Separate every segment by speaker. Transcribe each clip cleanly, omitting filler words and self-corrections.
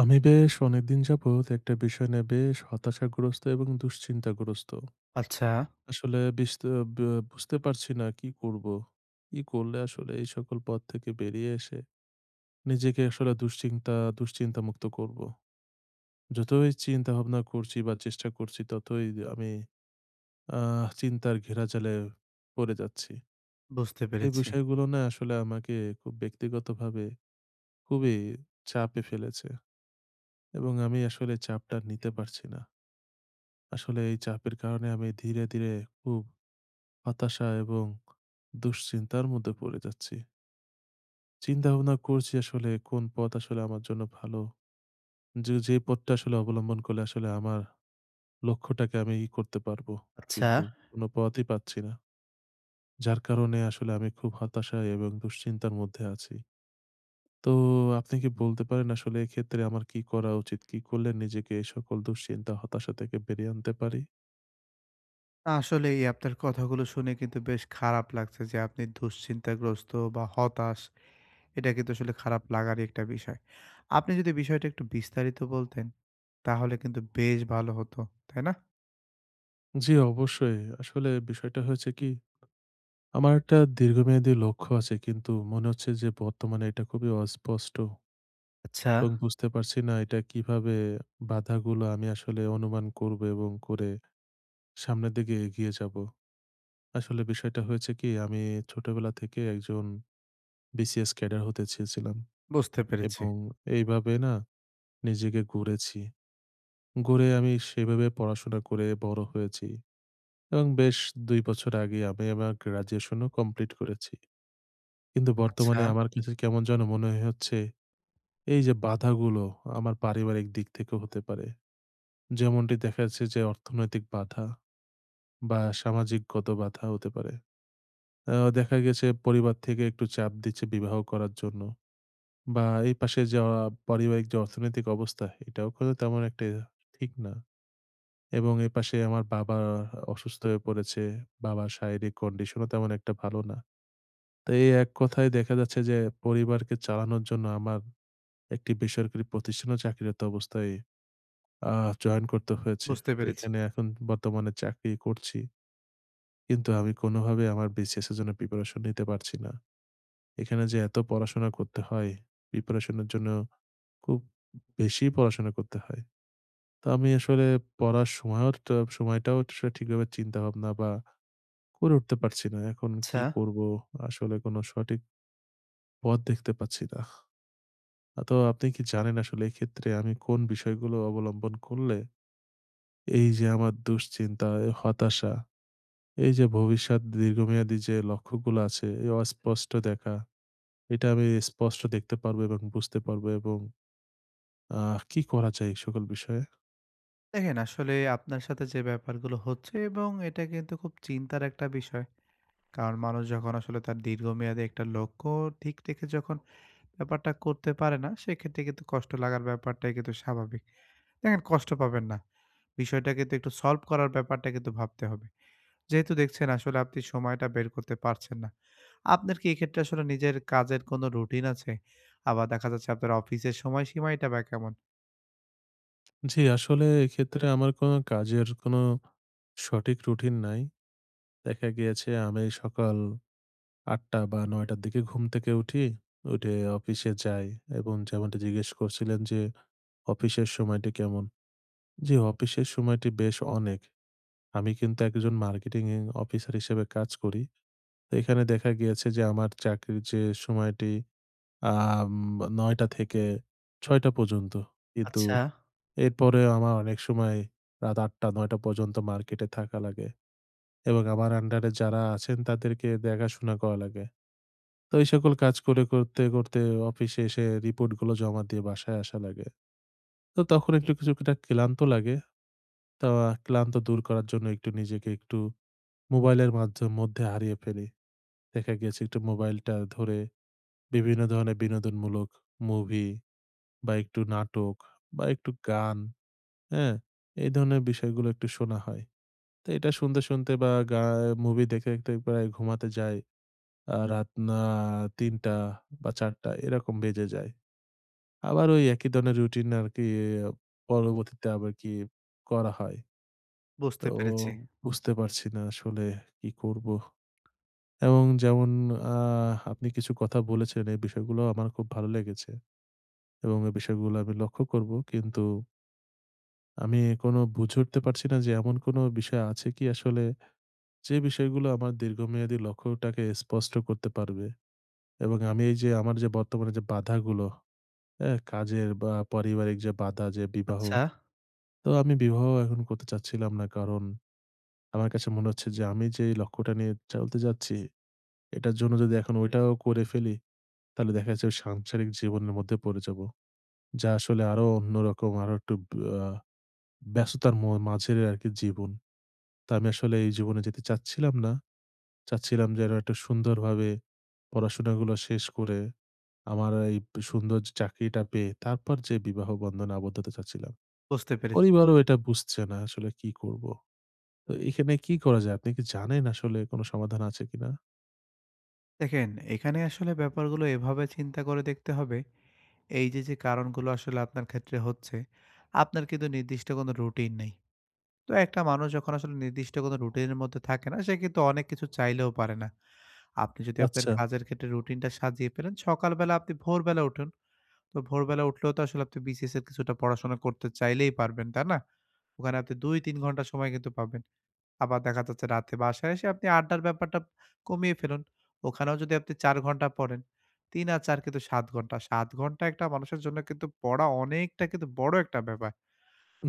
Speaker 1: আমি বেশ অনেকদিন যাবৎ একটা বিষয় নিয়ে বেশ হতাশাগ্রস্ত এবং দুশ্চিন্তাগ্রস্ত।
Speaker 2: আচ্ছা,
Speaker 1: আসলে বিস্ত ব বুঝতে পারছি না, কি করব? কি করলে আসলে এই সকল পথ থেকে বেরিয়ে এসে নিজেকে আসলে দুশ্চিন্তামুক্ত করব? যতই চিন্তাভাবনা করছি বা চেষ্টা করছি, ততই আমি চিন্তার ঘেরাজালে পড়ে যাচ্ছি।
Speaker 2: বুঝতে
Speaker 1: এই
Speaker 2: পেরেছি।
Speaker 1: বিষয়গুলো না আসলে আমাকে খুব ব্যক্তিগতভাবে খুবই চাপে ফেলেছে, এবং আমি আসলে চাপটা নিতে পারছি না। আসলে এই চাপের কারণে আমি ধীরে ধীরে খুব হতাশা এবং দুশ্চিন্তার মধ্যে পড়ে যাচ্ছি। চিন্তা ভাবনা করছি, আসলে কোন পথ আসলে আমার জন্য ভালো। যে পথটা আসলে অবলম্বন করলে আসলে আমার লক্ষ্যটাকে আমি করতে পারবো।
Speaker 2: আচ্ছা,
Speaker 1: কিন্তু কোন পথই পাচ্ছি না। যার কারণে আসলে আমি খুব হতাশা এবং দুশ্চিন্তার মধ্যে আছি। তো আপনি কি বলতে পারেন, আসলে এক্ষেত্রে আমার কি করা উচিত? কি করলে নিজেকে এই সকল দুশ্চিন্তা, হতাশা থেকে বেরিয়ে আনতে পারি?
Speaker 2: আসলেই আপনার কথাগুলো শুনে কিন্তু বেশ খারাপ লাগছে যে আপনি দুশ্চিন্তাগ্রস্ত বা হতাশ, এটা কিন্তু আসলে খারাপ লাগারই একটা বিষয়। আপনি যদি বিষয়টা একটু বিস্তারিত বলতেন, তাহলে কিন্তু বেশ ভালো হতো, তাই না?
Speaker 1: জি, অবশ্যই। আসলে বিষয়টা হয়েছে কি, আমার একটা দীর্ঘমেয়াদী লক্ষ্য আছে, কিন্তু মনে হচ্ছে যে বর্তমানে এটা খুবই অস্পষ্ট,
Speaker 2: আচ্ছা,
Speaker 1: এবং বুঝতে পারছি না এটা কিভাবে বাধাগুলো আমি আসলে অনুমান করব এবং করে সামনের দিকে এগিয়ে যাব। আসলে বিষয়টা হয়েছে কি, আমি ছোটবেলা থেকে একজন বিসিএস ক্যাডার হতে চেয়েছিলাম,
Speaker 2: বুঝতে পেরেছি।
Speaker 1: এবং এইভাবে না নিজেকে গড়েছি। গড়ে আমি সেভাবে পড়াশোনা করে বড় হয়েছি, এবং বেশ ২ বছর আগে আমি আমার গ্র্যাজুয়েশনও কমপ্লিট করেছি। কিন্তু
Speaker 2: আচ্ছা,
Speaker 1: বর্তমানে আমার কাছে কেমন যেন মনে হচ্ছে এই যে বাধাগুলো আমার পারিবারিক দিক থেকে হতে পারে। যেমনটি দেখা যাচ্ছে যে অর্থনৈতিক বাধা বা সামাজিকগত বাধা হতে পারে। দেখা গেছে পরিবার থেকে একটু চাপ দিচ্ছে বিবাহ করার জন্য, বা এই পাশে যে পারিবারিক যে অর্থনৈতিক অবস্থা, এটাও কিন্তু তেমন একটা ঠিক না। এবং এ পাশে আমার বাবা অসুস্থ হয়ে পড়েছে। বাবার শারীরিক কন্ডিশনও তেমন একটা ভালো না। তো এই এক কথায় দেখা যাচ্ছে যে পরিবারকে চালানোর জন্য আমার একটি বেসরকারি প্রতিষ্ঠানেও চাকরিরত অবস্থায় আ জয়েন করতে হয়েছে।
Speaker 2: বুঝতে
Speaker 1: তো
Speaker 2: পেরেছি।
Speaker 1: এখানে এখন বর্তমানে চাকরি করছি। কিন্তু আমি কোনোভাবে আমার বিসিএস এর জন্য প্রিপারেশন নিতে পারছি না। এখানে যে এত পড়াশোনা করতে হয়, প্রিপারেশন এর জন্য খুব বেশি পড়াশোনা করতে হয়। তো আমি আসলে পড়ার সময়ও টা সময়টাও আসলে ঠিকভাবে চিন্তাভাবনা বা করে উঠতে পারছি না। এখন
Speaker 2: আচ্ছা,
Speaker 1: কি করব? আসলে কোনো সঠিক পথ দেখতে পাচ্ছি না। তো আপনি কি জানেন আসলে এক্ষেত্রে আমি কোন বিষয়গুলো অবলম্বন করলে এই যে আমার দুশ্চিন্তা, হতাশা, এই যে ভবিষ্যৎ দীর্ঘমেয়াদী যে লক্ষ্যগুলো আছে, এই অস্পষ্ট দেখা, এটা আমি স্পষ্ট দেখতে পারবো এবং বুঝতে পারবো, এবং কি করা যায় এই সকল বিষয়ে?
Speaker 2: দেখেন আসলে আপনার সাথে যে ব্যাপারগুলো হচ্ছে এবং এটা কিন্তু খুব চিন্তার একটা বিষয়। কারণ মানুষ যখন আসলে তার দীর্ঘমেয়াদী একটা লক্ষ্য ঠিক রেখে যখন ব্যাপারটা করতে পারে না, সেক্ষেত্রে কিন্তু কষ্ট লাগার ব্যাপারটাই কিন্তু স্বাভাবিক। দেখেন কষ্ট পাবেন না। বিষয়টা কিন্তু একটু সলভ করার ব্যাপারটা কিন্তু ভাবতে হবে। যেহেতু দেখছেন আসলে আপনি সময়টা বের করতে পারছেন না। আপনার কি এক্ষেত্রে আসলে নিজের কাজের কোনো রুটিন আছে? আবার দেখা যাচ্ছে আপনার অফিসের সময়সীমাইটা বা কেমন?
Speaker 1: জি, আসলে এক্ষেত্রে আমার কোনো কাজের কোনো সঠিক রুটিন নাই। দেখা গিয়েছে আমি সকাল ৮:০০ বা ৯:০০ র দিকে ঘুম থেকে উঠি। উঠে অফিসে যাই, এবং যেমনটা জিজ্ঞেস করছিলেন যে অফিসের সময়টি কেমন? জি, অফিসের সময়টি বেশ অনেক। আমি কিন্তু একজন মার্কেটিং অফিসার হিসেবে কাজ করি। তো এখানে দেখা গিয়েছে যে আমার চাকরির যে সময়টি, আম ৯:০০ থেকে ৬:০০ পর্যন্ত। কিন্তু
Speaker 2: আচ্ছা।
Speaker 1: এরপরেও আমার অনেক সময় রাত ৮:০০-৯:০০ পর্যন্ত মার্কেটে থাকা লাগে, এবং আমার আন্ডারে যারা আছেন তাদেরকে দেখাশোনা করা লাগে। তো এই সকল কাজ করতে, করতে অফিসে এসে রিপোর্টগুলো জমা দিয়ে বাসায় আসা লাগে। তো তখন একটু কিছুটা ক্লান্ত লাগে। তো ক্লান্ত দূর করার জন্য একটু নিজেকে একটু মোবাইলের মধ্যে হারিয়ে ফেলি। দেখা গিয়েছে একটু মোবাইলটা ধরে বিভিন্ন ধরনের বিনোদনমূলক মুভি বা একটু নাটক বা একটু গান, হ্যাঁ? এই ধরনের বিষয়গুলো একটু শোনা হয়। তো এটা শুনতে, শুনতে বা মুভি দেখতে, দেখতে প্রায় ঘুমাতে যাই। আ হুম। রাত না ৩টা বা ৪টা এরকম বেজে যায়। আবার ওই একই ধরনের রুটিন আরকি পরবর্তীতে আবার কি করা হয়।
Speaker 2: বুঝতে
Speaker 1: তো
Speaker 2: পেরেছি।
Speaker 1: বুঝতে পারছি না আসলে কি করব? এবং যেমন আ আপনি কিছু কথা বলেছেন, এই বিষয়গুলো আমার খুব ভালো লেগেছে। এবং এই বিষয়গুলো আমি লক্ষ্য করব। কিন্তু আমি কোনো বুঝে উঠতে পারছি না যে এমন কোনো বিষয় আছে কি আসলে, যে বিষয়গুলো আমার দীর্ঘমেয়াদী লক্ষ্যটাকে স্পষ্ট করতে পারবে। এবং আমি এই যে আমার যে বর্তমানে যে বাধাগুলো, হ্যাঁ? কাজের বা পারিবারিক যে বাধা, যে বিবাহ,
Speaker 2: আচ্ছা,
Speaker 1: তো আমি বিবাহ এখন করতে চাচ্ছিলাম না। কারণ আমার কাছে মনে হচ্ছে যে আমি যেই লক্ষ্যটা নিয়ে চলতে যাচ্ছি, এটার জন্য যদি এখন ওইটাও করে ফেলি, তাহলে দেখা যাচ্ছে ওই সাংসারিক জীবনের মধ্যে পড়ে যাব। যা আসলে আরো অন্যরকম, আরো একটু ব আ ব্যস্ততার মাঝের আরকি জীবন। তা আমি আসলে এই জীবনে যেতে চাচ্ছিলাম না। চাচ্ছিলাম যে আরো একটা সুন্দরভাবে পড়াশোনাগুলো শেষ করে আমার এই সুন্দর যে চাকরিটা পেয়ে তারপর যে বিবাহ বন্ধনে আবদ্ধ হতে চাচ্ছিলাম।
Speaker 2: বুঝতে পেরেছি।
Speaker 1: পরিবারও এটা বুঝছে না, আসলে কি করব? তো এখানে কি করা যায়? আপনি কি জানেন আসলে কোন সমাধান আছে কিনা?
Speaker 2: দেখেন এখানে আসলে ব্যাপারগুলো এভাবে চিন্তা করে দেখতে হবে, এই যে, কারণগুলো আসলে আপনার ক্ষেত্রে হচ্ছে, আপনার কিন্তু নির্দিষ্ট কোনো রুটিন নেই। তো একটা মানুষ যখন আসলে নির্দিষ্ট কোনো রুটিনের মধ্যে থাকে না, সে কিন্তু অনেক কিছু চাইলেও পারে না। আপনি যদি আপনার
Speaker 1: আচ্ছা।
Speaker 2: কাজের ক্ষেত্রে রুটিনটা সাজিয়ে ফেলেন, সকালবেলা আপনি ভোরবেলা উঠুন। তো ভোরবেলা উঠলেও তো আসলে আপনি বিসিএস এর কিছুটা পড়াশোনা করতে চাইলেই পারবেন, তাই না? ওখানে আপনি ২-৩ ঘন্টা সময় কিন্তু পাবেন। আবার দেখা যাচ্ছে রাতে বাসায় এসে আপনি আড্ডার ব্যাপারটা কমিয়ে ফেলুন। ওখানেও যদি আপনি ৪ ঘন্টা পড়েন, ৩ আর ৪ কিন্তু ৭ ঘন্টা। ৭ ঘন্টা একটা মানুষের জন্য কিন্তু পড়া অনেকটা কিন্তু বড় একটা ব্যাপার।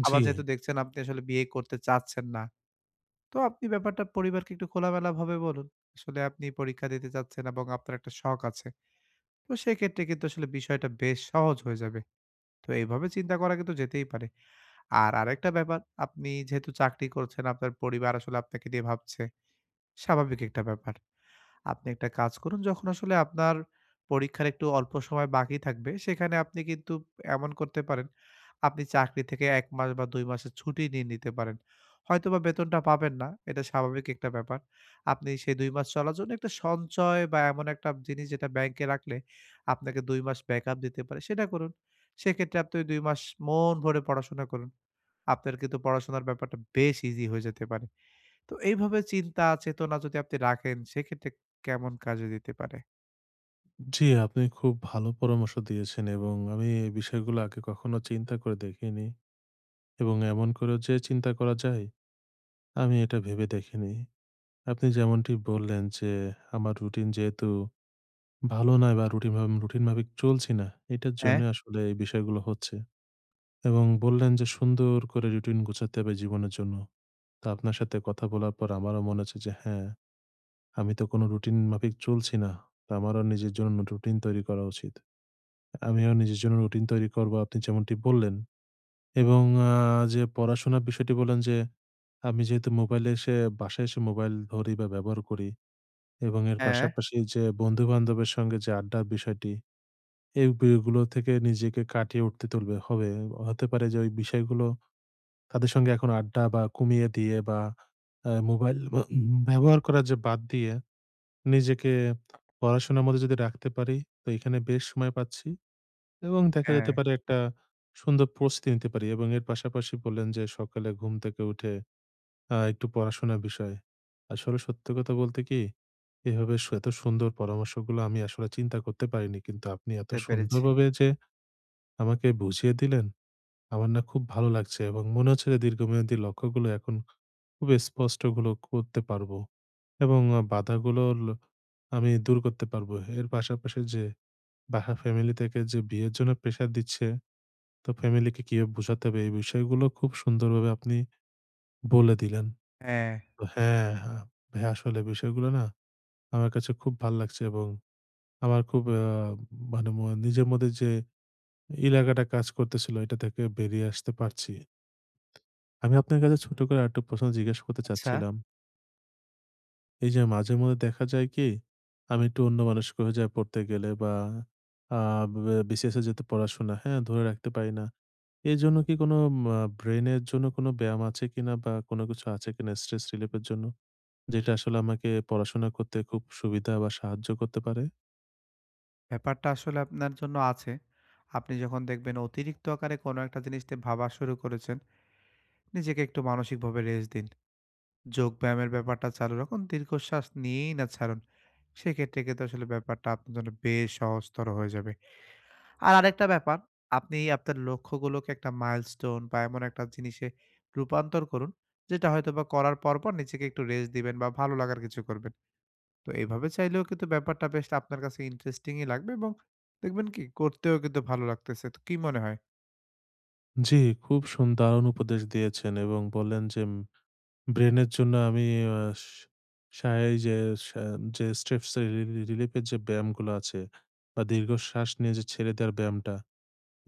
Speaker 1: জি,
Speaker 2: আবার যেহেতু দেখছেন আপনি আসলে বিয়ে করতে চাচ্ছেন না, তো আপনি ব্যাপারটা পরিবারকে একটু খোলামেলাভাবে বলুন। আসলে আপনি পরীক্ষা দিতে চাচ্ছেন এবং আপনার একটা শখ আছে। তো সেক্ষেত্রে কিন্তু আসলে বিষয়টা বেশ সহজ হয়ে যাবে। তো এইভাবে চিন্তা করা কিন্তু যেতেই পারে। আর আরেকটা ব্যাপার, আপনি যেহেতু চাকরি করছেন, আপনার পরিবার আসলে আপনাকে নিয়ে ভাবছে। স্বাভাবিক একটা ব্যাপার। আপনি একটা কাজ করুন, যখন আসলে আপনার পরীক্ষার একটু অল্প সময় বাকি থাকবে, সেখানে আপনি কিন্তু এমন করতে পারেন, আপনি চাকরি থেকে ১ মাস বা ২ মাসের ছুটি নিয়ে নিতে পারেন। হয়তোবা বেতনটা পাবেন না, এটা স্বাভাবিক একটা ব্যাপার। আপনি সেই ২ মাস চলার জন্য একটা সঞ্চয় বা এমন একটা জিনিস যেটা ব্যাংকে রাখলে আপনাকে ২ মাস ব্যাকআপ দিতে পারে, সেটা করুন। সেক্ষেত্রে আপনি ২ মাস মন ভরে পড়াশোনা করুন। আপনার কিন্তু পড়াশোনার ব্যাপারটা বেশ ইজি হয়ে যেতে পারে। তো এইভাবে চিন্তা, চেতনা যদি আপনি রাখেন সেক্ষেত্রে কেমন কাজে দিতে পারে?
Speaker 1: জি, আপনি খুব ভালো পরামর্শ দিয়েছেন, এবং আমি এই বিষয়গুলো আগে কখনো চিন্তা করে দেখিনি, এবং এমন করেও যে চিন্তা করা যায়, আমি এটা ভেবে দেখিনি। আপনি যেমনটি বললেন যে আমার রুটিন যেহেতু ভালো নয়, বা রুটিন মাফিক চলছি না, এটার
Speaker 2: হ্যাঁ,
Speaker 1: জন্য আসলে এই বিষয়গুলো হচ্ছে, এবং বললেন যে সুন্দর করে রুটিন গোছাতে হবে জীবনের জন্য। তা আপনার সাথে কথা বলার পর আমারও মনে হচ্ছে যে হ্যাঁ, আমি তো কোনো রুটিন মাফিক চলছি না, তা আমারও নিজের জন্য রুটিন তৈরি করা উচিত। আমিও নিজের জন্য রুটিন তৈরি করব, আপনি যেমনটি বললেন। এবং যে পড়াশোনার বিষয়টি বললেন যে আমি যেহেতু মোবাইলে এসে বাসায় এসে মোবাইল ধরি বা ব্যবহার করি, এবং এর
Speaker 2: হ্যাঁ,
Speaker 1: পাশাপাশি যে বন্ধু-বান্ধবের সঙ্গে যে আড্ডার বিষয়টি, এই গুলো থেকে নিজেকে কাটিয়ে উঠতে তুলবে হবে। হতে পারে যে ওই বিষয়গুলো তাদের সঙ্গে এখন আড্ডা বা কমিয়ে দিয়ে, বা মোবাইল বা ব্যবহার করা যে বাদ দিয়ে নিজেকে পড়াশোনার মধ্যে যদি রাখতে পারি, তো এখানে বেশ সময় পাচ্ছি, এবং দেখা
Speaker 2: হ্যাঁ,
Speaker 1: যেতে পারে একটা সুন্দর প্রস্তুতি নিতে পারি। এবং এর পাশাপাশি বললেন যে সকালে ঘুম থেকে উঠে একটু পড়াশোনার বিষয়ে। আসলে সত্যি কথা বলতে কি, এভাবে এত সুন্দর পরামর্শগুলো আমি আসলে চিন্তা করতে পারিনি। কিন্তু আপনি এত
Speaker 2: বুঝতে পেরেছি।
Speaker 1: সুন্দরভাবে যে আমাকে বুঝিয়ে দিলেন, আমার না খুব ভালো লাগছে, এবং মনে হচ্ছে যে দীর্ঘমেয়াদী লক্ষ্যগুলো এখন খুব স্পষ্টগুলো করতে পারবো, এবং বাধাগুলো আমি দূর করতে পারবো। এর পাশাপাশি যে ফ্যামিলি থেকে যে বিয়ের জন্য প্রেশার দিচ্ছে, তো ফ্যামিলিকে কিভাবে বোঝাতে হবে, এই বিষয়গুলো খুব সুন্দরভাবে আপনি বলে দিলেন।
Speaker 2: হ্যাঁ,
Speaker 1: তো হ্যাঁ, হ্যাঁ। ভাই, আসলে বিষয়গুলো না আমার কাছে খুব ভাল লাগছে, এবং আমার খুব মানে নিজের মধ্যে যে লাগাটা কাজ করতেছিল, এটা থেকে বেরিয়ে আসতে পারছি। আমি আপনার কাছে ছোট করে আরেকটা প্রশ্ন জিজ্ঞেস করতে
Speaker 2: আচ্ছা,
Speaker 1: চাচ্ছিলাম। এই যে মাঝে মধ্যে দেখা যায় কি, আমি একটু অন্যমনস্ক হয়ে যাই পড়তে গেলে, বা আ বে বিসিএস এর যেহেতু পড়াশোনা, হ্যাঁ? ধরে রাখতে পারি না। এর জন্য কি কোনো ব্রেইনের জন্য কোনো ব্যায়াম আছে কিনা, বা কোনো কিছু আছে কিনা স্ট্রেস রিলিফ এর জন্য? যেটা আসলে আমাকে পড়াশোনা করতে খুব সুবিধা বা সাহায্য করতে পারে।
Speaker 2: ব্যাপারটা আসলে আপনার জন্য আছে। আপনি যখন দেখবেন অতিরিক্ত আকারে কোনো একটা জিনিস নিয়ে ভাবা শুরু করেছেন, নিজেকে একটু মানসিকভাবে রেস্ট দিন। যোগব্যায়ামের ব্যাপারটা চালু রাখুন, দীর্ঘশ্বাস নিয়েই না ছাড়ুন। সেক্ষেত্রে কিন্তু আসলে ব্যাপারটা আপনার জন্য বেশ সহজতর হয়ে যাবে। আর আরেকটা ব্যাপার, আপনি আপনার লক্ষ্যগুলোকে একটা মাইলস্টোন বা এমন একটা জিনিসে রূপান্তর করুন, যেটা হয়তোবা করার পর, নিজেকে একটু রেস্ট দিবেন বা ভালো লাগার কিছু করবেন। তো এভাবে চাইলেও কিন্তু ব্যাপারটা বেশ আপনার কাছে ইন্টারেস্টিংই লাগবে এবং দেখবেন কি করতেও কিন্তু ভালো লাগতেছে। তো কি মনে হয়?
Speaker 1: জি, খুব দারুণ উপদেশ দিয়েছেন, এবং বললেন যে ব্রেইনের জন্য আমি আ স সায় যে সা যে স্ট্রেপস এর রি রি রিলিফ এর যে ব্যায়ামগুলো আছে, বা দীর্ঘশ্বাস নিয়ে যে ছেড়ে দেওয়ার ব্যায়ামটা,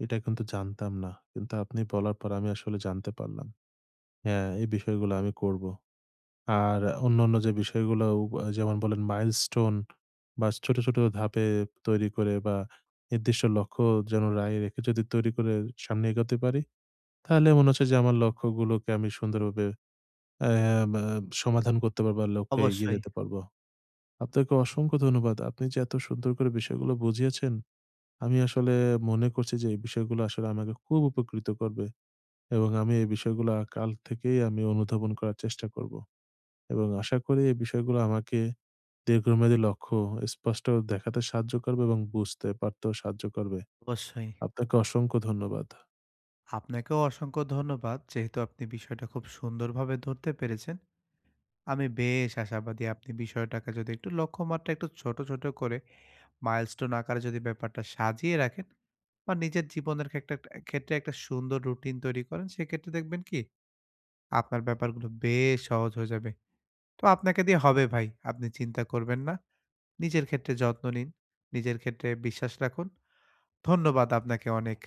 Speaker 1: এটা কিন্তু জানতাম না। কিন্তু আপনি বলার পর আমি আসলে জানতে পারলাম। হ্যাঁ, এই বিষয়গুলো আমি করব। আর অন্যান্য যে বিষয়গুলোও, যেমন বললেন মাইলস্টোন বা ছোট, ছোট ধাপে তৈরি করে, বা নির্দিষ্ট লক্ষ্য যেন রায় রেখে যদি তৈরি করে সামনে এগোতে পারি, তাহলে মনে হচ্ছে যে আমার লক্ষ্যগুলোকে আমি সুন্দরভাবে অ্যা মা সমাধান করতে পারবো, আর লক্ষ্যে এগিয়ে
Speaker 2: অবশ্যই,
Speaker 1: যেতে পারবো। আপনাকে অসংখ্য ধন্যবাদ। আপনি যে এত সুন্দর করে বিষয়গুলো বুঝিয়েছেন, আমি আসলে মনে করছি যে এই বিষয়গুলো আসলে আমাকে খুব উপকৃত করবে, এবং আমি এই বিষয়গুলা কাল থেকেই আমি অনুধাবন করার চেষ্টা করব, এবং আশা করি এই বিষয়গুলো আমাকে দীর্ঘমেয়াদী লক্ষ্য স্পষ্ট দেখাতে সাহায্য করবে, এবং বুঝতে পারতেও সাহায্য করবে।
Speaker 2: অবশ্যই।
Speaker 1: আপনাকে অসংখ্য ধন্যবাদ।
Speaker 2: আপনাকেও অসংখ্য ধন্যবাদ। যেহেতু আপনি বিষয়টা খুব সুন্দরভাবে ধরতে পেরেছেন। আমি বেশ আশাবাদী আপনি বিষয়টাকে যদি একটু লক্ষ্যমাত্রা একটু ছোট, ছোট করে মাইলস্টোন আকারে যদি ব্যাপারটা সাজিয়ে রাখেন বা নিজের জীবনের একটা ক্ষেত্রে একটা সুন্দর রুটিন তৈরি করেন, সেক্ষেত্রে দেখবেন কি আপনার ব্যাপারগুলো বেশ সহজ হয়ে যাবে। তো আপনাকে দিয়ে হবে ভাই। আপনি চিন্তা করবেন না। নিজের ক্ষেত্রে যত্ন নিন। নিজের ক্ষেত্রে বিশ্বাস রাখুন। ধন্যবাদ আপনাকে অনেক।